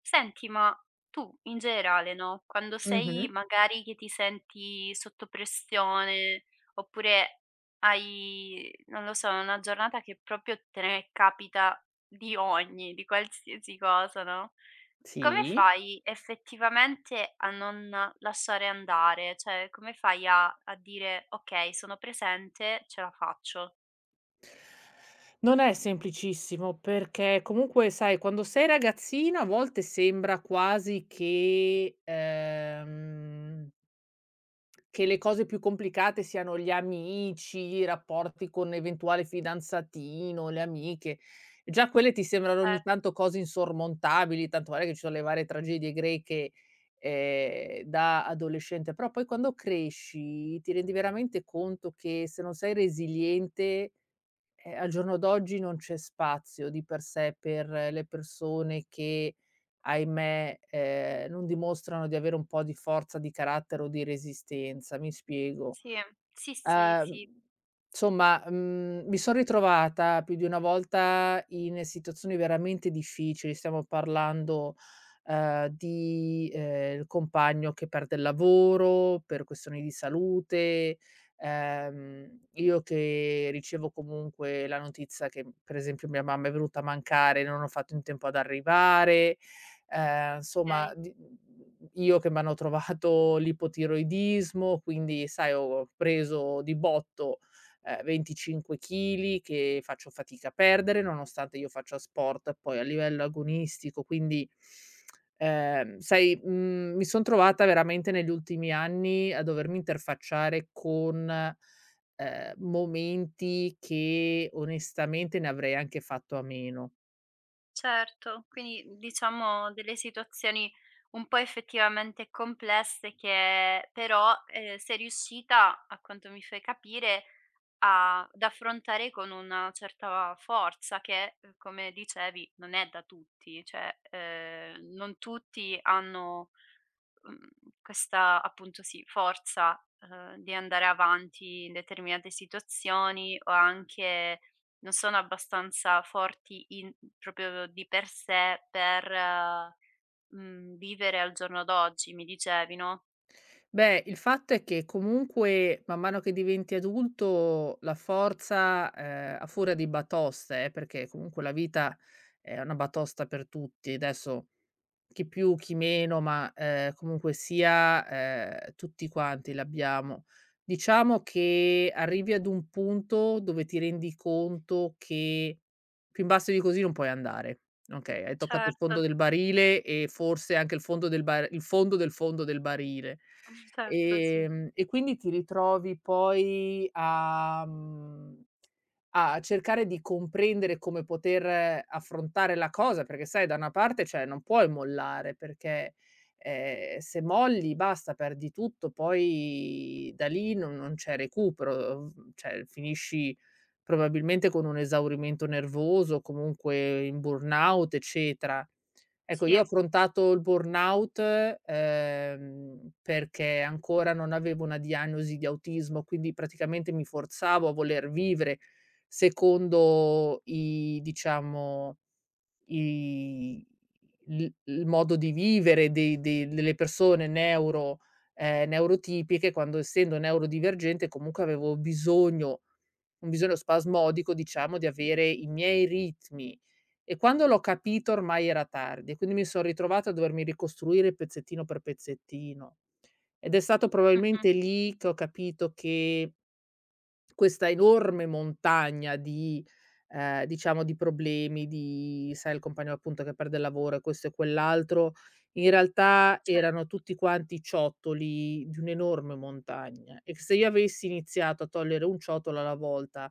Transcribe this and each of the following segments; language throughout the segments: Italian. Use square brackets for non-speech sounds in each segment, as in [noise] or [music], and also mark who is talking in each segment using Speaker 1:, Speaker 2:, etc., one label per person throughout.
Speaker 1: Senti, ma tu in generale, no, quando sei
Speaker 2: Mh-mh.
Speaker 1: magari che ti senti sotto pressione, oppure hai, non lo so, una giornata che proprio te ne capita di ogni, di qualsiasi cosa, no, come
Speaker 2: Sì.
Speaker 1: fai effettivamente a non lasciare andare? Cioè, come fai a dire: "Okay, sono presente, ce la faccio"?
Speaker 2: Non è semplicissimo perché comunque sai quando sei ragazzino a volte sembra quasi che che le cose più complicate siano gli amici, i rapporti con eventuale fidanzatino, le amiche. Già quelle ti sembrano ogni
Speaker 1: Eh,
Speaker 2: tanto cose insormontabili, tanto vale che ci sono le varie tragedie greche, da adolescente, però poi quando cresci ti rendi veramente conto che se non sei resiliente, al giorno d'oggi non c'è spazio di per sé per le persone che, ahimè, non dimostrano di avere un po' di forza di carattere o di resistenza. Mi spiego:
Speaker 1: sì, sì, sì,
Speaker 2: Ehm,
Speaker 1: sì,
Speaker 2: insomma, mi son ritrovata più di una volta in situazioni veramente difficili. Stiamo parlando, di, il compagno che perde il lavoro per questioni di salute, io che ricevo comunque la notizia che, per esempio, mia mamma è venuta a mancare, non ho fatto in tempo ad arrivare, insomma
Speaker 1: okay.
Speaker 2: di io che m'hanno trovato l'ipotiroidismo, quindi sai ho preso di botto, 25 chili che faccio fatica a perdere, nonostante io faccia sport poi a livello agonistico, quindi, sai, mi son trovata veramente negli ultimi anni a dovermi interfacciare con, momenti che onestamente ne avrei anche fatto a meno.
Speaker 1: Certo, quindi diciamo delle situazioni un po' effettivamente complesse che però, sei riuscita, a quanto mi fai capire, a ad affrontare con una certa forza che, come dicevi, non è da tutti, cioè, non tutti hanno, mhmm, questa appunto sì, forza, di andare avanti in determinate situazioni o anche non sono abbastanza forti in proprio di per sé per, vivere al giorno d'oggi, mi dicevi, no?
Speaker 2: Beh, il fatto è che comunque man mano che diventi adulto la forza, a furia di batoste, perché comunque la vita è una batosta per tutti, adesso chi più, chi meno, ma, comunque sia, tutti quanti l'abbiamo. Diciamo che arrivi ad un punto dove ti rendi conto che più in basso di così non puoi andare, okay, hai toccato il
Speaker 1: Certo,
Speaker 2: fondo del barile e forse anche il fondo del barile.
Speaker 1: [laughs] certo, sì.
Speaker 2: E quindi ti ritrovi poi a cercare di comprendere come poter affrontare la cosa, perché sai da una parte, cioè, non puoi mollare perché, se molli basta, perdi tutto, poi da lì non c'è recupero, cioè finisci probabilmente con un esaurimento nervoso, comunque in burnout, eccetera. Ecco,
Speaker 1: Sì,
Speaker 2: io ho affrontato il burnout, perché ancora non avevo una diagnosi di autismo, quindi praticamente mi forzavo a voler vivere secondo i diciamo, i il modo di vivere dei dei delle persone neurotipiche, quando essendo neurodivergente comunque avevo bisogno un bisogno spasmodico, diciamo, di avere i miei ritmi. E quando l'ho capito ormai era tardi, quindi mi son ritrovata a dovermi ricostruire pezzettino per pezzettino. Ed è stato
Speaker 1: mh-mh,
Speaker 2: probabilmente lì che ho capito che questa enorme montagna di diciamo di problemi, di sai il compagno appunto che perde il lavoro e questo e quell'altro, in realtà erano tutti quanti ciottoli di un'enorme montagna e se io avessi iniziato a togliere un ciotolo alla volta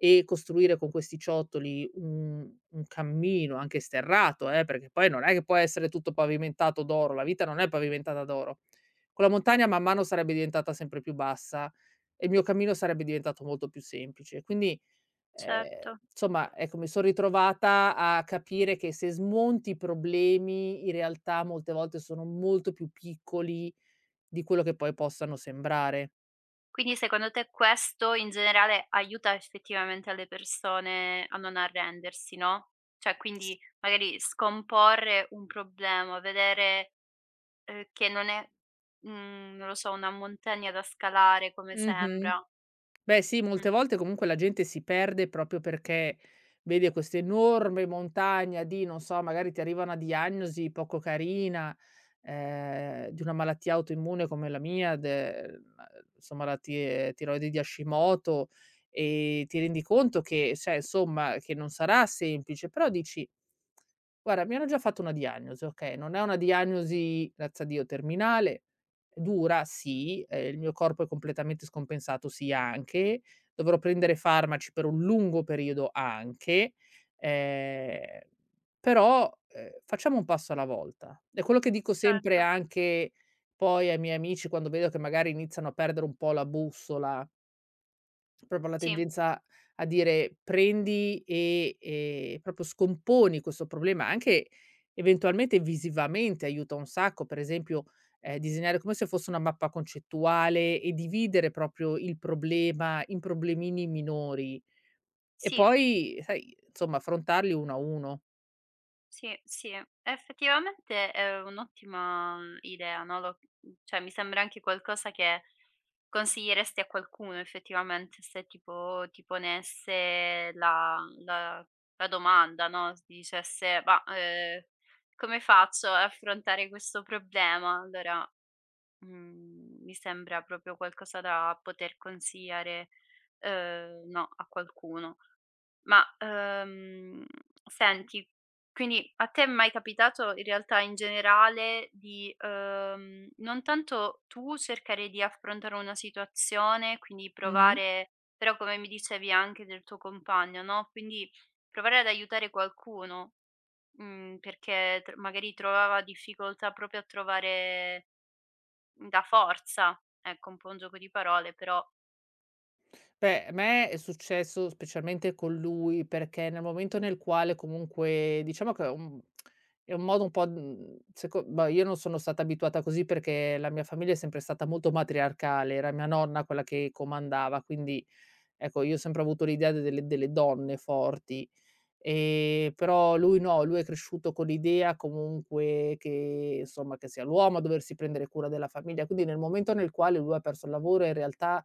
Speaker 2: e costruire con questi ciottoli un cammino anche sterrato, perché poi non è che può essere tutto pavimentato d'oro, la vita non è pavimentata d'oro. Quella montagna man mano sarebbe diventata sempre più bassa e il mio cammino sarebbe diventato molto più semplice. Quindi, ehm,
Speaker 1: certo.
Speaker 2: insomma, ecco, mi son ritrovata a capire che se smonti i problemi, in realtà molte volte sono molto più piccoli di quello che poi possano sembrare.
Speaker 1: Quindi secondo te questo in generale aiuta effettivamente alle persone a non arrendersi, no? Cioè
Speaker 2: S
Speaker 1: quindi magari scomporre un problema, vedere, che non è, non lo so, una montagna da scalare come sembra.
Speaker 2: Mh-mh. Beh sì, molte
Speaker 1: Mh-mh,
Speaker 2: volte comunque la gente si perde proprio perché vede quest'enorme montagna di, non so, magari ti arriva una diagnosi poco carina, di una malattia autoimmune come la mia, de insomma la ti tiroide di Hashimoto e ti rendi conto che cioè, insomma, che non sarà semplice, però dici: "Guarda, mi hanno già fatto una diagnosi, okay, non è una diagnosi, grazie a Dio, terminale, è dura sì, il mio corpo è completamente scompensato, sì anche, dovrò prendere farmaci per un lungo periodo anche, ehm, però, facciamo un passo alla volta". È quello che dico sempre
Speaker 1: certo,
Speaker 2: anche poi ai miei amici quando vedo che magari iniziano a perdere un po' la bussola. Proprio la
Speaker 1: sì.
Speaker 2: tendenza a dire: "Prendi e proprio scomponi questo problema", anche eventualmente visivamente aiuta un sacco, per esempio, disegnare come se fosse una mappa concettuale e dividere proprio il problema in problemini minori e
Speaker 1: Sì,
Speaker 2: poi, sai, insomma affrontarli uno a uno.
Speaker 1: sì, sì, effettivamente è un'ottima idea, no, lo cioè mi sembra anche qualcosa che consiglieresti a qualcuno effettivamente se tipo ti ponesse la la domanda, no, s dicesse: "Ma, come faccio ad affrontare questo problema?" Allora, mi sembra proprio qualcosa da poter consigliare, no, a qualcuno. Ma, senti, quindi a te è mai capitato in realtà in generale di, non tanto tu cercare di affrontare una situazione, quindi
Speaker 2: Mh-mh.
Speaker 1: provare però come mi dicevi anche del tuo compagno, no, quindi provare ad aiutare qualcuno, perché tr magari trovava difficoltà proprio a trovare la forza, ecco un po' un gioco di parole però
Speaker 2: Beh, a me è successo specialmente con lui, perché nel momento nel quale comunque diciamo che è un modo un po', seco boh, io non sono stata abituata così perché la mia famiglia è sempre stata molto matriarcale, era mia nonna quella che comandava, quindi ecco, io ho sempre avuto l'idea de delle delle donne forti. Però lui no, lui è cresciuto con l'idea comunque che insomma, che sia l'uomo a doversi prendere cura della famiglia. Quindi nel momento nel quale lui ha perso il lavoro, in realtà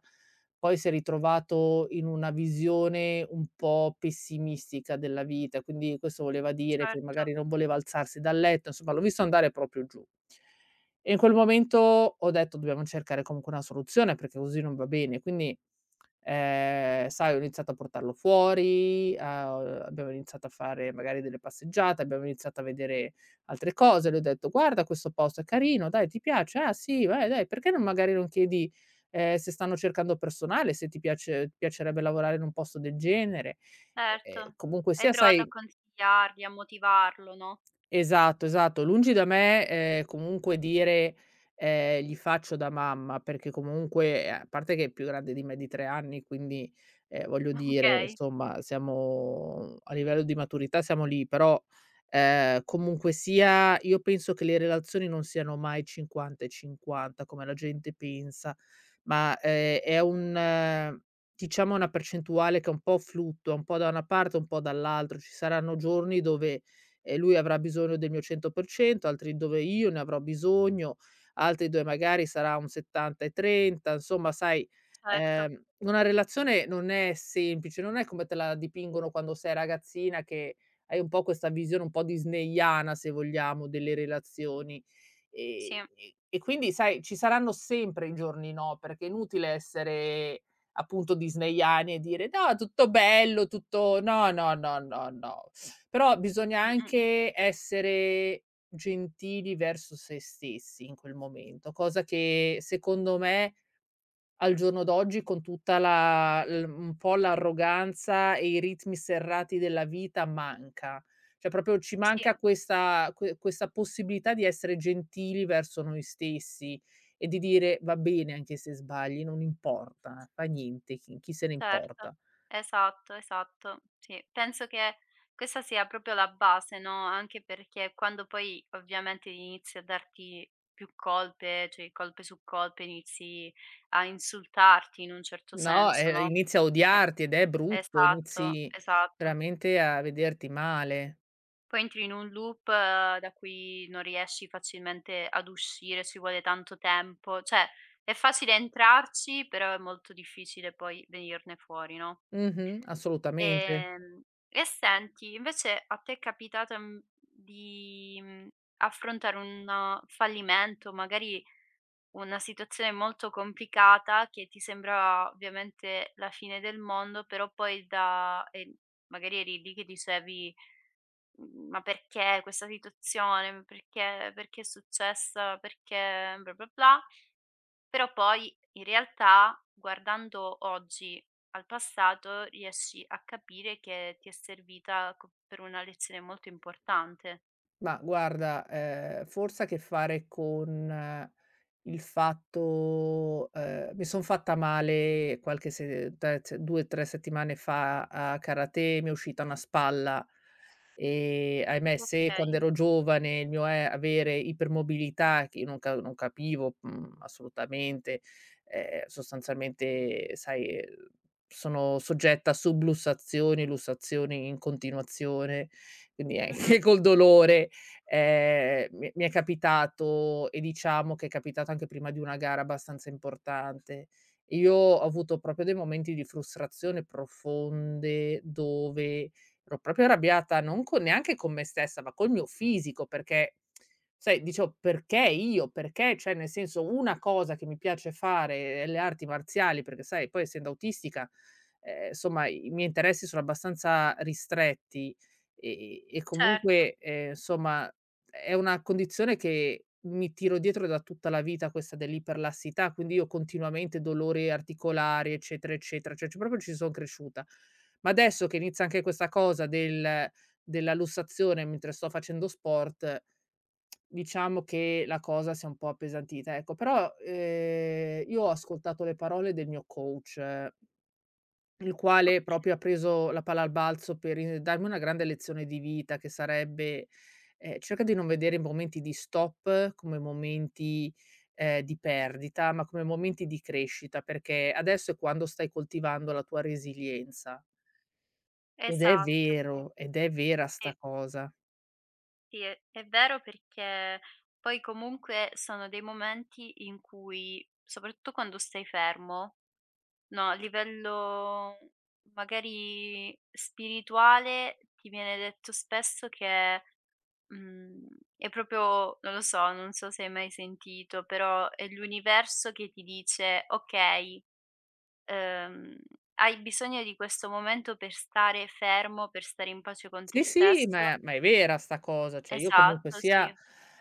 Speaker 2: poi si è ritrovato in una visione un po' pessimistica della vita, quindi questo voleva dire che
Speaker 1: certo,
Speaker 2: magari non voleva alzarsi dal letto, insomma l'ho visto andare proprio giù. E in quel momento ho detto: "Dobbiamo cercare comunque una soluzione perché così non va bene". Quindi sai, ho iniziato a portarlo fuori, a abbiamo iniziato a fare magari delle passeggiate, abbiamo iniziato a vedere altre cose. Le ho detto: "Guarda questo posto è carino, dai ti piace? Ah sì, vai dai, perché non magari non chiedi, se stanno cercando personale, se ti piace ti piacerebbe lavorare in un posto del genere".
Speaker 1: certo.
Speaker 2: Comunque
Speaker 1: Hai
Speaker 2: sia
Speaker 1: provato a
Speaker 2: sai.
Speaker 1: consigliargli, a motivarlo, no?
Speaker 2: Esatto, esatto. Lungi da me, comunque dire, "Gli faccio da mamma", perché comunque, a parte che è più grande di me di 3 anni, quindi, voglio dire,
Speaker 1: Okay,
Speaker 2: insomma, siamo a livello di maturità siamo lì, però, comunque sia, io penso che le relazioni non siano mai 50 e 50 come la gente pensa, ma, è un diciamo una percentuale che è un po' fluttua, un po' da una parte, un po' dall'altra. Ci saranno giorni dove lui avrà bisogno del mio 100%, altri dove io ne avrò bisogno, altri dove magari sarà un 70 e 30, insomma sai,
Speaker 1: certo,
Speaker 2: una relazione non è semplice, non è come te la dipingono quando sei ragazzina che hai un po' questa visione un po' disneyana, se vogliamo, delle relazioni.
Speaker 1: sì,
Speaker 2: E quindi sai, ci saranno sempre i giorni no, perché è inutile essere appunto disneyani e dire: "No, tutto bello, tutto", no, no, no, no, no. Però bisogna
Speaker 1: mh-mh,
Speaker 2: anche essere gentili verso se stessi in quel momento, cosa che secondo me al giorno d'oggi con tutta la l un po' l'arroganza e i ritmi serrati della vita manca. Cioè proprio ci
Speaker 1: sì,
Speaker 2: manca questa questa possibilità di essere gentili verso noi stessi e di dire: "Va bene anche se sbagli, non importa, fa niente, chi se ne
Speaker 1: certo,
Speaker 2: importa".
Speaker 1: esatto, esatto, sì. Penso che questa sia proprio la base, no, anche perché quando poi ovviamente inizi a darti più colpe, cioè colpe su colpe, inizi a insultarti in un certo
Speaker 2: No,
Speaker 1: senso, no,
Speaker 2: inizi a
Speaker 1: perché
Speaker 2: odiarti ed è brutto,
Speaker 1: esatto,
Speaker 2: inizi
Speaker 1: esatto.
Speaker 2: veramente a vederti male.
Speaker 1: Poi entri in un loop da cui non riesci facilmente ad uscire, ci vuole tanto tempo. Cioè, è facile entrarci, però è molto difficile poi venirne fuori, no.
Speaker 2: Mh-mh, assolutamente.
Speaker 1: Ehm, e senti, invece a te è capitato, di, affrontare un fallimento, magari una situazione molto complicata che ti sembra ovviamente la fine del mondo, però poi da magari eri lì che dicevi: "Mhmm, ma perché questa situazione? Perché è successa? Perché bla bla bla". Però poi in realtà guardando oggi al passato riesci a capire che ti è servita co per una lezione molto importante.
Speaker 2: Ma guarda, forse ha a che fare con il fatto, mi son fatta male qualche se tre se 2, 3 settimane fa a karate, mi è uscita una spalla e, ahimè, se quando
Speaker 1: Okay.
Speaker 2: ero giovane il mio è avere ipermobilità che io non capivo, assolutamente, sostanzialmente, sai, sono soggetta a sublussazioni, lussazioni in continuazione, quindi anche
Speaker 1: Mh-mh.
Speaker 2: [laughs] col dolore. Mi è capitato e diciamo che è capitato anche prima di una gara abbastanza importante. Io ho avuto proprio dei momenti di frustrazione profonde dove ero proprio arrabbiata, non con neanche con me stessa, ma col mio fisico, perché sai, dicevo: "Perché io? Perché?". Cioè, nel senso, una cosa che mi piace fare è le arti marziali, perché sai, poi essendo autistica, i miei interessi sono abbastanza ristretti e e
Speaker 1: Certo.
Speaker 2: comunque, somma è una condizione che mi tiro dietro da tutta la vita questa dell'iperlassità, quindi io continuamente dolori articolari, eccetera, eccetera, cioè ci proprio ci son cresciuta. Ma adesso che inizia anche questa cosa della lussazione mentre sto facendo sport, diciamo che la cosa si è un po' appesantita, ecco. Però, io ho ascoltato le parole del mio coach il quale proprio ha
Speaker 1: Okay.
Speaker 2: preso la palla al balzo per i darmi una grande lezione di vita che sarebbe, cerca di non vedere i momenti di stop come momenti, di perdita, ma come momenti di crescita, perché adesso è quando stai coltivando la tua resilienza. Ed è
Speaker 1: Esatto, sì,
Speaker 2: vero, ed è vera
Speaker 1: sì.
Speaker 2: 'sta cosa.
Speaker 1: Sì, è vero perché poi comunque sono dei momenti in cui, soprattutto quando stai fermo, no, a livello magari spirituale ti viene detto spesso che, mhmm, è proprio non lo so, non so se hai mai sentito, però è l'universo che ti dice: "Okay, ehm, hai bisogno di questo momento per stare fermo, per stare in pace con te
Speaker 2: Sì, sì, ma
Speaker 1: stesso".
Speaker 2: è ma è vera sta cosa, cioè io comunque
Speaker 1: Esatto,
Speaker 2: sia,
Speaker 1: sì.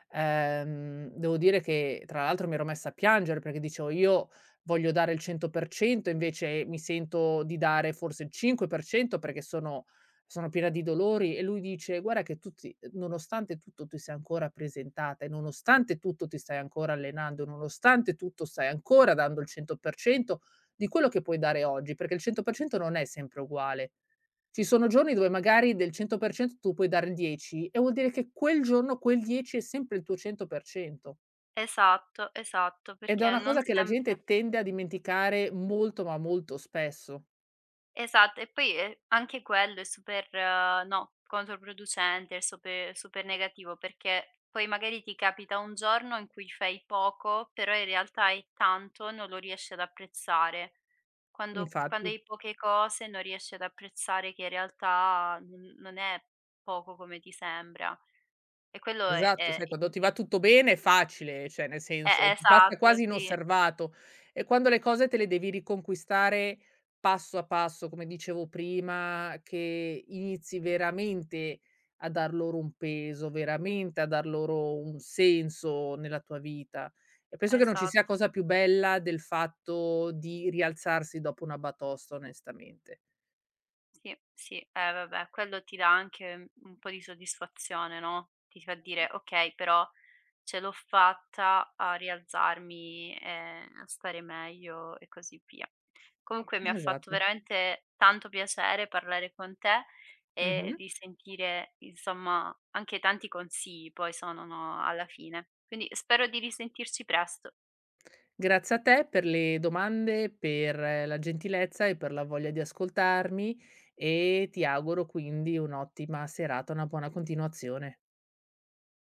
Speaker 2: devo dire che tra l'altro mi ero messa a piangere perché dicevo: "Io voglio dare il 100% invece mi sento di dare forse il 5% perché sono piena di dolori", e lui dice: "Guarda che tu ti nonostante tutto ti sei ancora presentata e nonostante tutto ti stai ancora allenando, nonostante tutto stai ancora dando il 100% di quello che puoi dare oggi, perché il 100% non è sempre uguale". Ci sono giorni dove magari del 100% tu puoi dare il 10 e vuol dire che quel giorno quel 10 è sempre il tuo 100%
Speaker 1: Esatto, esatto,
Speaker 2: ed è
Speaker 1: perché
Speaker 2: una
Speaker 1: non
Speaker 2: cosa che la
Speaker 1: sempre
Speaker 2: gente tende a dimenticare molto, ma molto spesso.
Speaker 1: esatto, e poi, anche quello è super no, controproducente, è super super negativo, perché poi magari ti capita un giorno in cui fai poco, però in realtà hai tanto, e non lo riesci ad apprezzare. Quando
Speaker 2: Infatti.
Speaker 1: hai poche cose non riesci ad apprezzare che in realtà n non è poco come ti sembra. E quello
Speaker 2: Esatto,
Speaker 1: è
Speaker 2: sai quando
Speaker 1: il
Speaker 2: ti va tutto bene è facile, cioè nel
Speaker 1: e
Speaker 2: senso passa
Speaker 1: esatto,
Speaker 2: quasi
Speaker 1: sì,
Speaker 2: inosservato e quando le cose te le devi riconquistare passo a passo, come dicevo prima, che inizi veramente a dar loro un peso, veramente a dar loro un senso nella tua vita. E penso che non ci sia
Speaker 1: esatto.
Speaker 2: cosa più bella del fatto di rialzarsi dopo una batosta onestamente.
Speaker 1: Sì, sì, eh vabbè, quello ti dà anche un po' di soddisfazione, no, ti fa dire: "Okay, però ce l'ho fatta a rialzarmi, a stare meglio e così via." Comunque mi ha fatto
Speaker 2: Esatto.
Speaker 1: veramente tanto piacere parlare con te e
Speaker 2: Mh-mh.
Speaker 1: di sentire, insomma, anche tanti consigli poi sono, no, alla fine. Quindi spero di risentirci presto.
Speaker 2: Grazie a te per le domande, per la gentilezza e per la voglia di ascoltarmi e ti auguro quindi un'ottima serata, una buona continuazione.